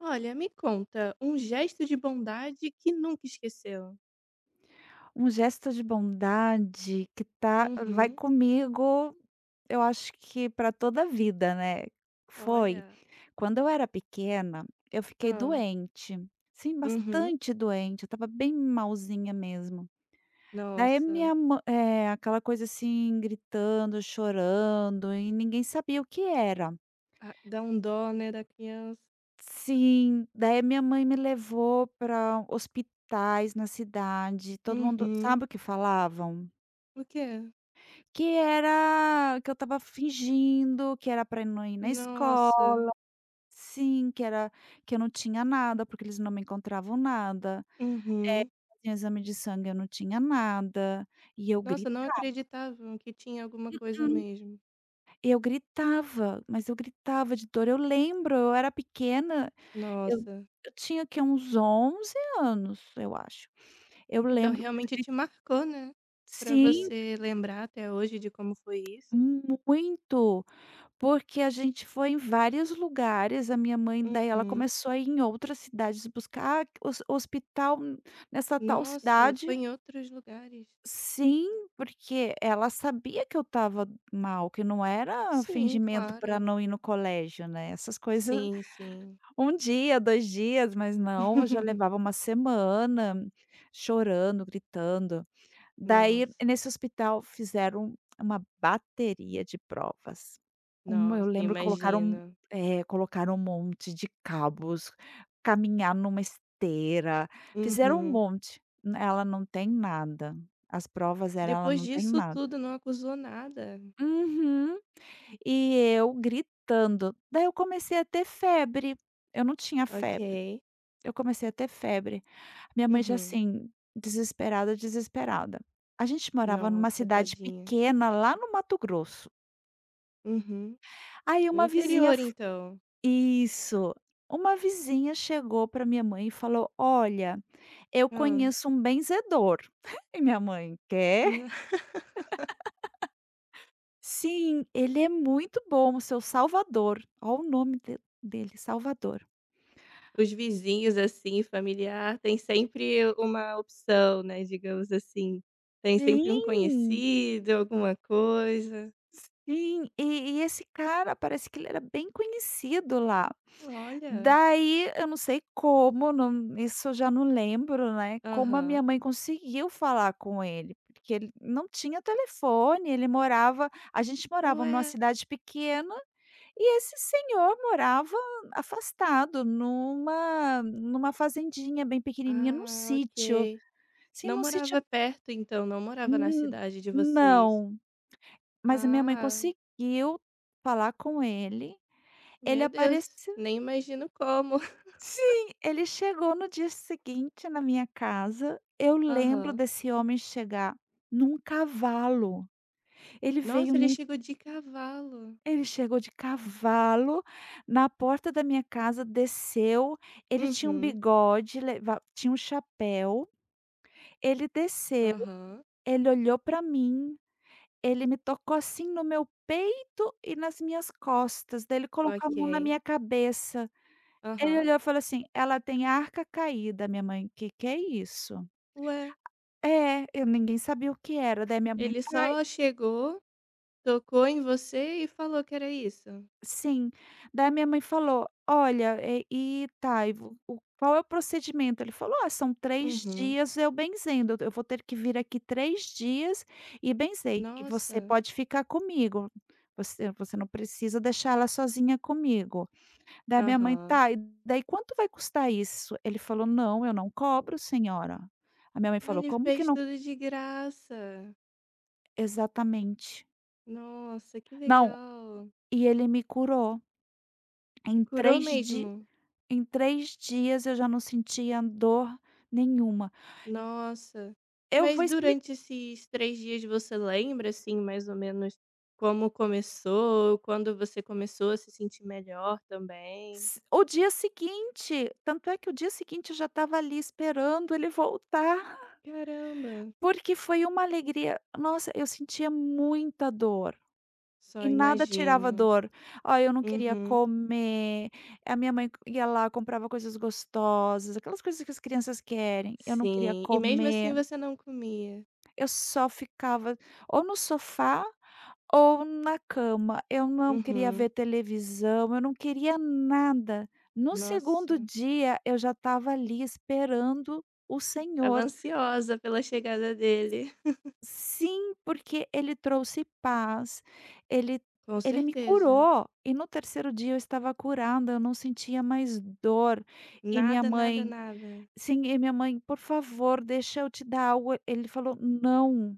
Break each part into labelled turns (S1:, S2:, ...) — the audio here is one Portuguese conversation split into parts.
S1: Olha, me conta, um gesto de bondade que nunca esqueceu.
S2: Um gesto de bondade que vai
S1: Uhum.
S2: comigo, eu acho que para toda a vida, né. Foi,
S1: Olha.
S2: quando eu era pequena, eu fiquei
S1: Hã.
S2: doente, sim,
S1: Uhum.
S2: bastante doente, eu estava bem malzinha mesmo. Daí
S1: Nossa.
S2: aquela coisa assim, gritando, chorando e ninguém sabia o que era.
S1: Ah, dá um dó, né, da criança.
S2: Sim, daí minha mãe me levou para hospitais na cidade, todo mundo
S1: Uhum.
S2: sabe o que falavam?
S1: O quê?
S2: Que era que eu estava fingindo, que era pra não ir na escola.
S1: Nossa.
S2: Sim, que eu não tinha nada, porque eles não me encontravam nada. Eh,
S1: Uhum.
S2: Faziam exame de sangue, eu não tinha nada, e eu
S1: Nossa, não
S2: gritava,
S1: acreditava que tinha alguma coisa
S2: hum,
S1: mesmo.
S2: mas eu gritava de dor. Eu lembro, eu era pequena, eu
S1: Nossa.
S2: eu tinha que uns 11 anos, eu acho. Eu
S1: Então
S2: lembro
S1: realmente
S2: perfeito.
S1: te marcou, né, pra
S2: Sim,
S1: você lembrar até hoje de como foi isso.
S2: muito. Porque a gente foi em vários lugares, a minha mãe daí ela
S1: Uhum.
S2: começou a ir em outras cidades buscar, hospital nessa tal
S1: Nossa,
S2: cidade.
S1: foi em outros lugares.
S2: Sim, porque ela sabia que eu estava mal, que não era
S1: Sim,
S2: fingimento para
S1: claro.
S2: não ir no colégio, né, essas coisas.
S1: Sim, sim.
S2: Um dia, 2 dias, mas não, eu já levava uma semana chorando, gritando. Daí,
S1: Nossa,
S2: nesse hospital, fizeram uma bateria de provas. Uma eu
S1: nossa,
S2: lembro que colocaram
S1: imagino.
S2: é, colocaram um monte de cabos, caminhar numa esteira, fizeram um
S1: Uhum.
S2: monte. Ela não tem nada. As provas eram: ela
S1: Depois
S2: não tem
S1: disso
S2: nada.
S1: tudo, não acusou nada.
S2: Uhum. E eu gritando. Daí eu comecei a ter febre. Eu não tinha
S1: Ok.
S2: febre. Eu comecei a ter febre. Minha mãe já
S1: Uhum.
S2: assim, desesperada, desesperada. A gente morava numa
S1: Nossa,
S2: cidade
S1: tadinha.
S2: pequena lá no Mato Grosso.
S1: Uhum.
S2: Aí
S1: No
S2: uma vizinha
S1: interior,
S2: f
S1: então.
S2: Isso. Uma vizinha chegou para minha mãe e falou: "Olha, eu
S1: Ah.
S2: conheço um benzedor". E minha mãe: quer "Sim, ele é muito bom, o seu Salvador". Olha o nome de dele, Salvador.
S1: Os vizinhos, assim, familiar, tem sempre uma opção, né, digamos assim. Tem sempre um
S2: Sim,
S1: conhecido, alguma coisa.
S2: sim. E esse cara parece que ele era bem conhecido lá.
S1: Olha.
S2: Daí, eu não sei como, não, isso eu já não lembro, né, como a minha
S1: Aham.
S2: mãe conseguiu falar com ele, porque ele não tinha telefone, ele morava a gente morava numa
S1: Ué.
S2: cidade pequena, e esse senhor morava afastado numa fazendinha bem pequenininha, num
S1: Ah,
S2: sítio,
S1: ok.
S2: sim,
S1: Não
S2: num sítio.
S1: morava perto então, não morava na
S2: hum,
S1: cidade de vocês?
S2: não, mas a minha mãe
S1: Ah,
S2: conseguiu falar com ele, ele
S1: meu
S2: apareceu
S1: Deus, nem imagino como.
S2: sim, ele chegou no dia seguinte na minha casa. Eu lembro
S1: Aham.
S2: desse homem chegar num cavalo. Ele veio
S1: Nossa, ele
S2: num
S1: chegou de cavalo.
S2: Ele chegou de cavalo na porta da minha casa, desceu, ele tinha um
S1: Uhum,
S2: bigode, leva tinha um chapéu. Ele desceu,
S1: aham,
S2: ele olhou para mim, ele me tocou assim no meu peito e nas minhas costas, daí ele colocou a mão na
S1: ok.
S2: minha cabeça. Ele
S1: Aham.
S2: olhou e falou assim: "Ela tem a arca caída". Minha mãe: que é isso?"
S1: Ué,
S2: É, eu ninguém sabia o que era,
S1: ele só chegou, tocou em você e falou que era isso?
S2: sim, daí minha mãe falou: "Olha, eh, e tá, e vo o qual é o procedimento?" Ele falou: "Ah, são três
S1: Uhum.
S2: dias eu benzendo, eu vou ter que vir aqui 3 dias e benzer, e você
S1: Nossa.
S2: pode ficar comigo, você não precisa deixar ela sozinha comigo." Daí minha mãe:
S1: Aham.
S2: "Tá, e daí quanto vai custar isso?" Ele falou: "Não, eu não cobro, senhora." A minha mãe
S1: Ah,
S2: falou:
S1: ele
S2: "Como que
S1: fez
S2: não?"
S1: tudo de graça.
S2: Exatamente.
S1: Nossa, que
S2: Não,
S1: legal.
S2: e ele me curou. Em
S1: Curou
S2: 3 di
S1: mesmo?
S2: Em 3 dias eu já não sentia dor nenhuma.
S1: Nossa.
S2: Eu
S1: Mas
S2: vou expli
S1: durante esses 3 dias você lembra, assim, mais ou menos como começou, quando você começou a se sentir melhor também?
S2: s O dia seguinte, tanto é que o dia seguinte eu já estava ali esperando ele voltar,
S1: Caramba,
S2: porque foi uma alegria. Nossa, eu sentia muita dor
S1: só
S2: e nada tirava a
S1: imagino.
S2: dor. Ó, eu não queria
S1: Uhum.
S2: comer, a minha mãe ia lá, comprava coisas gostosas, aquelas coisas que as crianças querem. Eu não queria
S1: Sim, e mesmo assim
S2: comer.
S1: você não comia?
S2: Eu só ficava ou no sofá ou na cama. Eu não queria
S1: Uhum.
S2: ver televisão, eu não queria nada. No segundo
S1: Nossa,
S2: dia, eu já estava ali esperando o
S1: tava
S2: senhor.
S1: ansiosa pela chegada dele.
S2: Sim, porque ele trouxe paz, ele
S1: Com
S2: ele me
S1: certeza.
S2: curou. E no terceiro dia eu estava curada, eu não sentia mais dor. E minha
S1: Nada, nada,
S2: mãe
S1: nada.
S2: sim, e minha mãe: "Por favor, deixa eu te dar algo". Ele falou: "Não,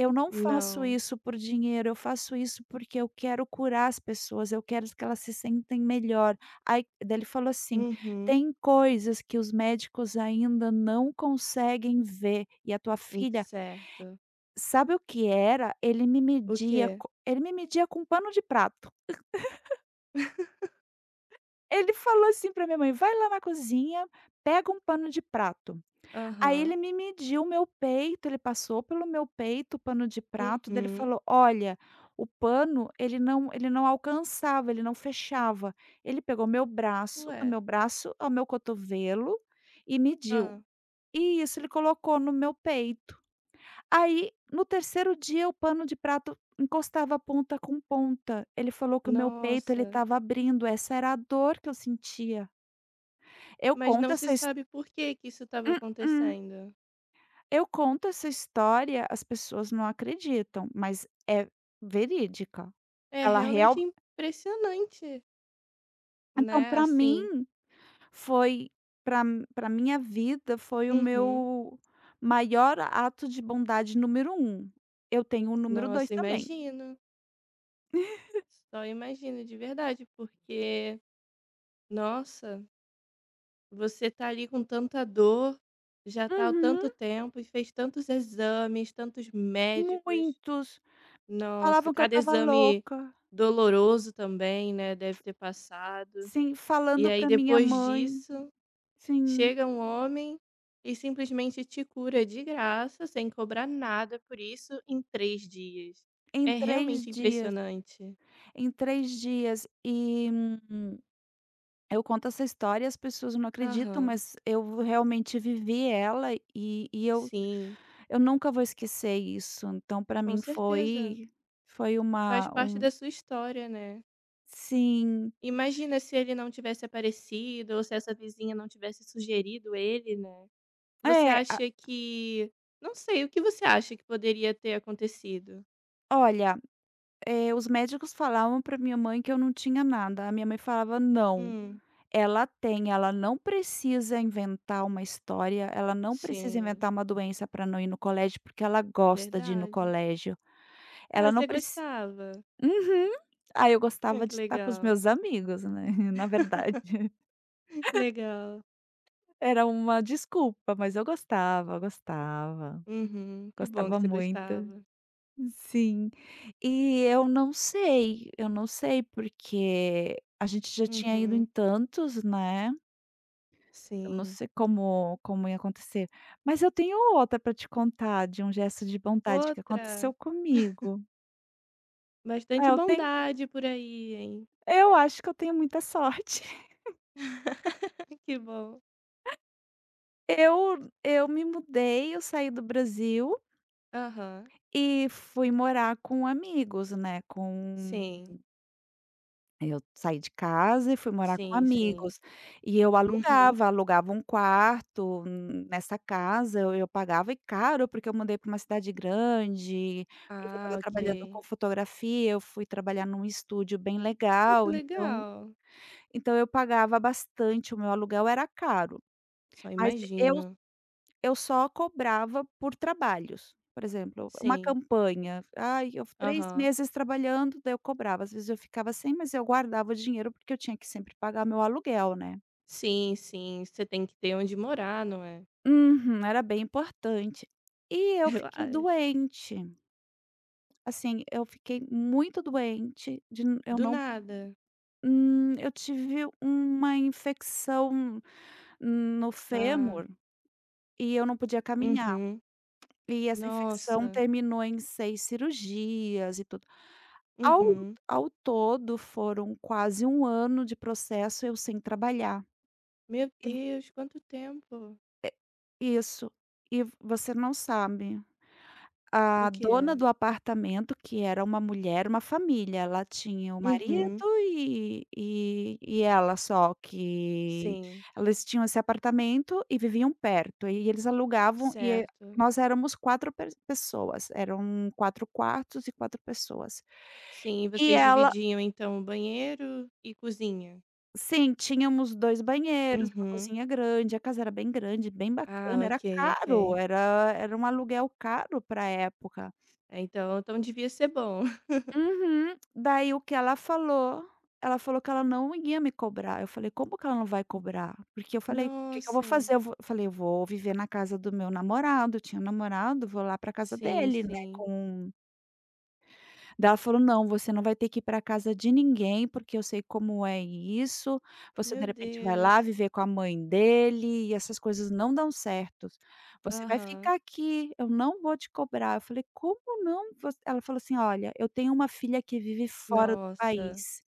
S2: eu não faço
S1: Não.
S2: isso por dinheiro, eu faço isso porque eu quero curar as pessoas, eu quero que elas se sentem melhor." Aí daí ele falou assim:
S1: Uhum.
S2: "Tem coisas que os médicos ainda não conseguem ver, e a tua filha".
S1: Certo.
S2: Sabe o que era?
S1: O quê?
S2: Ele me media com pano de prato. Ele falou assim para minha mãe: "Vai lá na cozinha, pega um pano de prato". Aí ele
S1: Aham.
S2: me mediu o meu peito, ele passou pelo meu peito o pano de prato, daí ele
S1: Uhum.
S2: falou: "Olha, o pano, ele não alcançava, ele não fechava". Ele pegou meu braço, do
S1: Ué,
S2: meu braço ao meu cotovelo e mediu.
S1: ah
S2: E isso ele colocou no meu peito. Aí, no terceiro dia, o pano de prato encostava ponta com ponta. Ele falou que o meu peito ele
S1: Nossa,
S2: estava abrindo, essa era a dor que eu sentia. Eu
S1: mas
S2: conto
S1: não se
S2: essa his
S1: sabe por que que isso estava
S2: Mm-mm.
S1: acontecendo.
S2: Eu conto essa história, as pessoas não acreditam, mas é verídica.
S1: É
S2: Ela
S1: realmente
S2: real
S1: impressionante,
S2: então
S1: né,
S2: para
S1: assim.
S2: mim foi para para minha vida foi o
S1: Uhum.
S2: meu maior ato de bondade número um. Eu tenho o número dois
S1: Nossa,
S2: também.
S1: imagino. Só imagino de verdade, porque, nossa, você tá ali com tanta dor, já tá há
S2: Uhum,
S1: tanto tempo e fez tantos exames, tantos médicos.
S2: muitos.
S1: Nossa,
S2: Falavam que eu
S1: cada
S2: estava
S1: exame
S2: louca.
S1: doloroso também, né, deve ter passado.
S2: Sim,
S1: E
S2: falando
S1: aí
S2: para minha
S1: depois
S2: mãe.
S1: disso
S2: Sim,
S1: chega um homem e simplesmente te cura de graça, sem cobrar nada por isso, em 3 dias.
S2: em
S1: É
S2: 3
S1: realmente
S2: dias,
S1: impressionante.
S2: em três dias. Eu conto essa história e as pessoas não acreditam,
S1: Aham.
S2: mas eu realmente vivi ela, e eu
S1: Sim,
S2: eu nunca vou esquecer isso. Então para
S1: com
S2: mim
S1: certeza.
S2: foi, foi
S1: Faz
S2: uma
S1: parte
S2: um
S1: da sua história, né.
S2: sim.
S1: Imagina se ele não tivesse aparecido ou se essa vizinha não tivesse sugerido ele, né. Você
S2: É, a
S1: acha que não sei, o que você acha que poderia ter acontecido?
S2: olha, os médicos falavam para minha mãe que eu não tinha nada, a minha mãe falava: "Não,
S1: Hum,
S2: ela tem, ela não precisa inventar uma história, ela não precisa
S1: sim,
S2: inventar uma doença para não ir no colégio, porque ela gosta de ir no
S1: verdade.
S2: colégio.
S1: Ah,
S2: Ela não
S1: você
S2: precisa
S1: gostava?
S2: Uhum. Aí eu
S1: Ah,
S2: gostava
S1: que
S2: de estar com os
S1: legal.
S2: meus amigos, né, na verdade.
S1: Legal.
S2: Era uma desculpa, mas eu gostava, gostava,
S1: Uhum. Que bom que
S2: gostava
S1: você
S2: muito.
S1: gostava.
S2: Sim. E eu não sei, porque a gente já tinha ido em
S1: Uhum.
S2: tantos, né, eu não
S1: Sim.
S2: sei como ia acontecer. Mas eu tenho outra para te contar de um gesto de bondade que
S1: Outra,
S2: aconteceu comigo. É,
S1: bastante bondade por aí, hein?
S2: eu acho que eu tenho muita sorte.
S1: Que bom.
S2: Eu me mudei, eu saí do Brasil
S1: Aham.
S2: e fui morar com amigos, né, com
S1: Sim.
S2: eu saí de casa e fui morar com
S1: Sim, sim.
S2: amigos. E eu
S1: Uhum.
S2: alugava um quarto nessa casa, eu pagava e caro, porque eu mudei para uma cidade grande, porque eu
S1: Ah,
S2: estava trabalhando
S1: ok.
S2: com fotografia, eu fui trabalhar num estúdio bem
S1: Ah, que
S2: legal, então
S1: legal.
S2: eu pagava bastante, o meu aluguel era caro.
S1: Só
S2: Mas eu
S1: imagino.
S2: Eu só cobrava por trabalhos. Por exemplo, uma
S1: Sim.
S2: campanha, ai, eu 3
S1: Aham.
S2: meses trabalhando, daí eu cobrava. Às vezes eu ficava sem, mas eu guardava o dinheiro, porque eu tinha que sempre pagar meu aluguel, né.
S1: Sim, sim. Você tem que ter onde morar, não é?
S2: Uhum, era bem importante. E eu
S1: Eu
S2: fiquei
S1: acho.
S2: doente, assim, eu fiquei muito doente de n eu
S1: Do
S2: não
S1: nada.
S2: eu tive uma infecção no
S1: Ah.
S2: fêmur e eu não podia caminhar.
S1: Uhum.
S2: E essa infecção
S1: Nossa.
S2: terminou em 6 cirurgias e tudo. Ao
S1: Uhum.
S2: ao todo foram quase um ano de processo eu sem trabalhar.
S1: Meu
S2: E v
S1: Deus, quanto tempo.
S2: Isso. Você não sabe,
S1: O
S2: a
S1: que
S2: dona
S1: é?
S2: do apartamento, que era uma mulher, uma família, ela tinha o marido
S1: Uhum.
S2: e ela só, que
S1: Sim,
S2: elas tinham esse apartamento e viviam perto, e eles alugavam e
S1: certo.
S2: nós éramos 4 pes pessoas, eram 4 quartos e 4 pessoas.
S1: Sim, e
S2: E
S1: vocês
S2: ela
S1: dividiam então o banheiro e cozinha?
S2: Sim, tínhamos 2 banheiros, uma
S1: Uhum.
S2: cozinha grande, a casa era bem grande, bem
S1: Ah,
S2: bacana, era
S1: ok, ok.
S2: caro, era um aluguel caro pra época.
S1: É, então devia ser bom.
S2: Uhum. Daí o que ela falou? Ela falou que ela não ia me cobrar, eu falei: "Como que ela não vai cobrar?" Porque eu falei: "O, que que eu vou
S1: Nossa.
S2: fazer? Eu vou". Falei: "Eu vou viver na casa do meu namorado", eu tinha um namorado, "vou lá pra casa
S1: Sim,
S2: dele, né,
S1: sim.
S2: com". Daí ela falou: "Não, você não vai ter que ir para casa de ninguém, porque eu sei como é isso, você de
S1: Meu
S2: repente vai lá
S1: Deus.
S2: viver com a mãe dele e essas coisas não dão certo. Você vai
S1: Aham.
S2: ficar aqui, eu não vou te cobrar". Eu falei: "Como não? Voc". Ela falou assim: "Olha, eu tenho uma filha que vive fora do
S1: Nossa.
S2: país,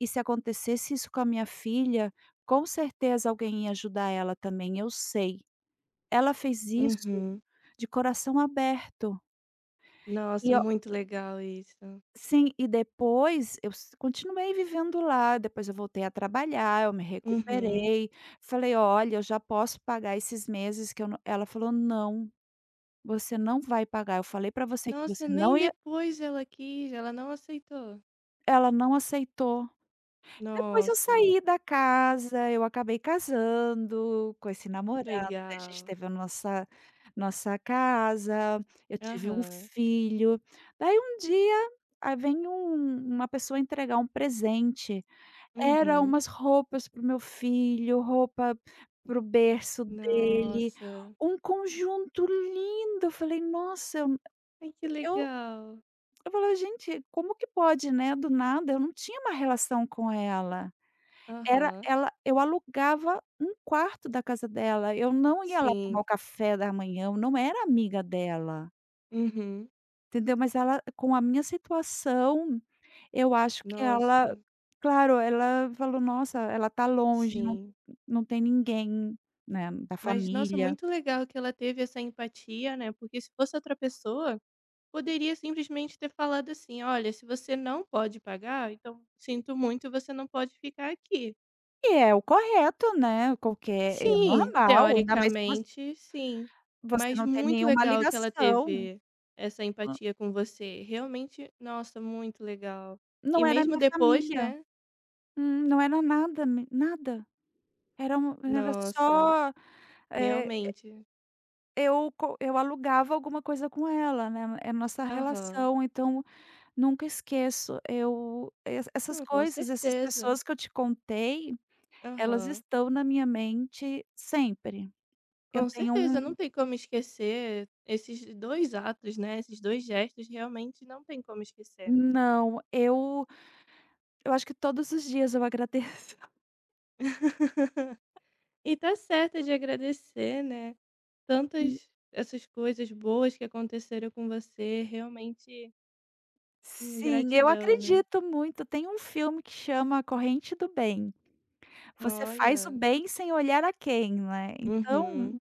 S2: e se acontecesse isso com a minha filha, com certeza alguém ia ajudar ela também, eu sei. Ela fez isso
S1: Uhum.
S2: de coração aberto". E
S1: Nossa,
S2: eu
S1: muito legal isso.
S2: Sim, e depois eu s continuei vivendo lá, depois eu voltei a trabalhar, eu me
S1: Uhum.
S2: recuperei, falei: "Olha, eu já posso pagar esses meses que eu não". Ela falou: "Não, você não vai pagar, eu falei para você que você
S1: Nossa,
S2: não
S1: nem
S2: ia".
S1: depois ela quis, ela não aceitou?
S2: Ela não aceitou. Depois eu
S1: Nossa,
S2: saí da casa, eu acabei casando com esse
S1: que
S2: namorado, daí a gente
S1: legal.
S2: teve a nossa casa, eu tive um
S1: Aham.
S2: filho. Daí um dia, aí vem uma pessoa entregar um presente. Era
S1: Uhum.
S2: umas roupas para o meu filho, roupa para o berço dele,
S1: Nossa,
S2: um conjunto lindo, eu falei: "Nossa",
S1: ai que
S2: eu
S1: legal.
S2: eu falei: "Gente, como que pode, né, do nada", eu não tinha uma relação com ela. Era
S1: Aham,
S2: ela Eu alugava um quarto da casa dela, eu não ia lá tomar
S1: sim.
S2: o café da manhã, eu não era amiga dela.
S1: Uhum.
S2: Entendeu? Mas ela, com a minha situação, eu acho que ela
S1: Nossa,
S2: claro, ela falou: "Nossa, ela tá longe,
S1: sim.
S2: não tem ninguém, né, da
S1: Mas nossa,
S2: família".
S1: muito legal que ela teve essa empatia, né, porque se fosse outra pessoa, poderia simplesmente ter falado assim: "Olha, se você não pode pagar, então sinto muito, você não pode ficar aqui".
S2: E é o correto, né, qualquer é
S1: Sim,
S2: normal, ainda mais que você
S1: teoricamente sim,
S2: você
S1: mas
S2: não tem
S1: muito
S2: nenhuma
S1: legal que ela
S2: ligação.
S1: teve essa
S2: Hã,
S1: empatia com você, realmente, nossa, muito legal. E
S2: não era
S1: mesmo
S2: minha
S1: depois,
S2: família.
S1: né.
S2: Não era nada, me nada. Era um era
S1: Nossa,
S2: só, eh,
S1: realmente.
S2: eu alugava alguma coisa com ela, né, é nossa
S1: Aham.
S2: relação, então. Nunca esqueço, eu es essas
S1: Não, com
S2: coisas, essas
S1: certeza.
S2: pessoas que eu te contei, elas
S1: Aham.
S2: estão na minha mente sempre. Eu
S1: Com
S2: tenho um
S1: certeza, não tem como esquecer esses 2 atos, né, esses 2 gestos, realmente não tem como esquecer.
S2: Não, eu acho que todos os dias eu agradeço.
S1: E tá certa de agradecer, né, tantas essas coisas boas que aconteceram com você, realmente,
S2: Sim, eu
S1: gratidão, né.
S2: acredito muito. Tem um filme que chama A Corrente do Bem. Você faz o
S1: Olha.
S2: bem sem olhar a quem, né. Então,
S1: Uhum.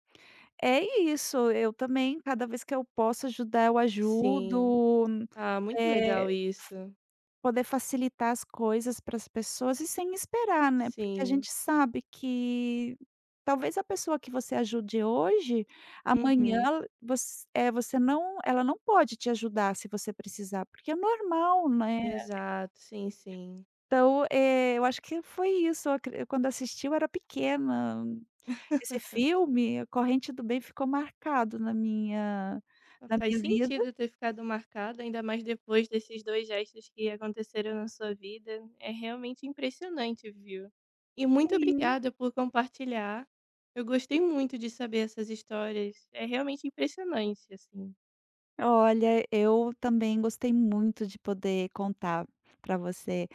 S2: é isso, eu também, cada vez que eu posso ajudar, eu
S1: Sim.
S2: ajudo,
S1: Ah, muito legal
S2: eh
S1: isso.
S2: poder facilitar as coisas para as pessoas e sem esperar, né, porque a
S1: Sim.
S2: gente sabe que talvez a pessoa que você ajude hoje, amanhã
S1: Uhum.
S2: voc você não, ela não pode te ajudar se você precisar, porque é normal, né.
S1: Exato, sim, sim.
S2: Então, eu acho que foi isso, eu acre quando assisti, eu era pequena, esse filme, A Corrente do Bem, ficou marcado na minha
S1: Ah,
S2: na
S1: faz
S2: minha vida.
S1: sentido ter ficado marcado, ainda mais depois desses dois gestos que aconteceram na sua vida. É realmente impressionante, viu? E muito
S2: Sim.
S1: obrigada por compartilhar. Eu gostei muito de saber essas histórias. É realmente impressionante, assim.
S2: Olha, eu também gostei muito de poder contar para você.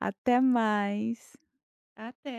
S2: Até mais.
S1: Até.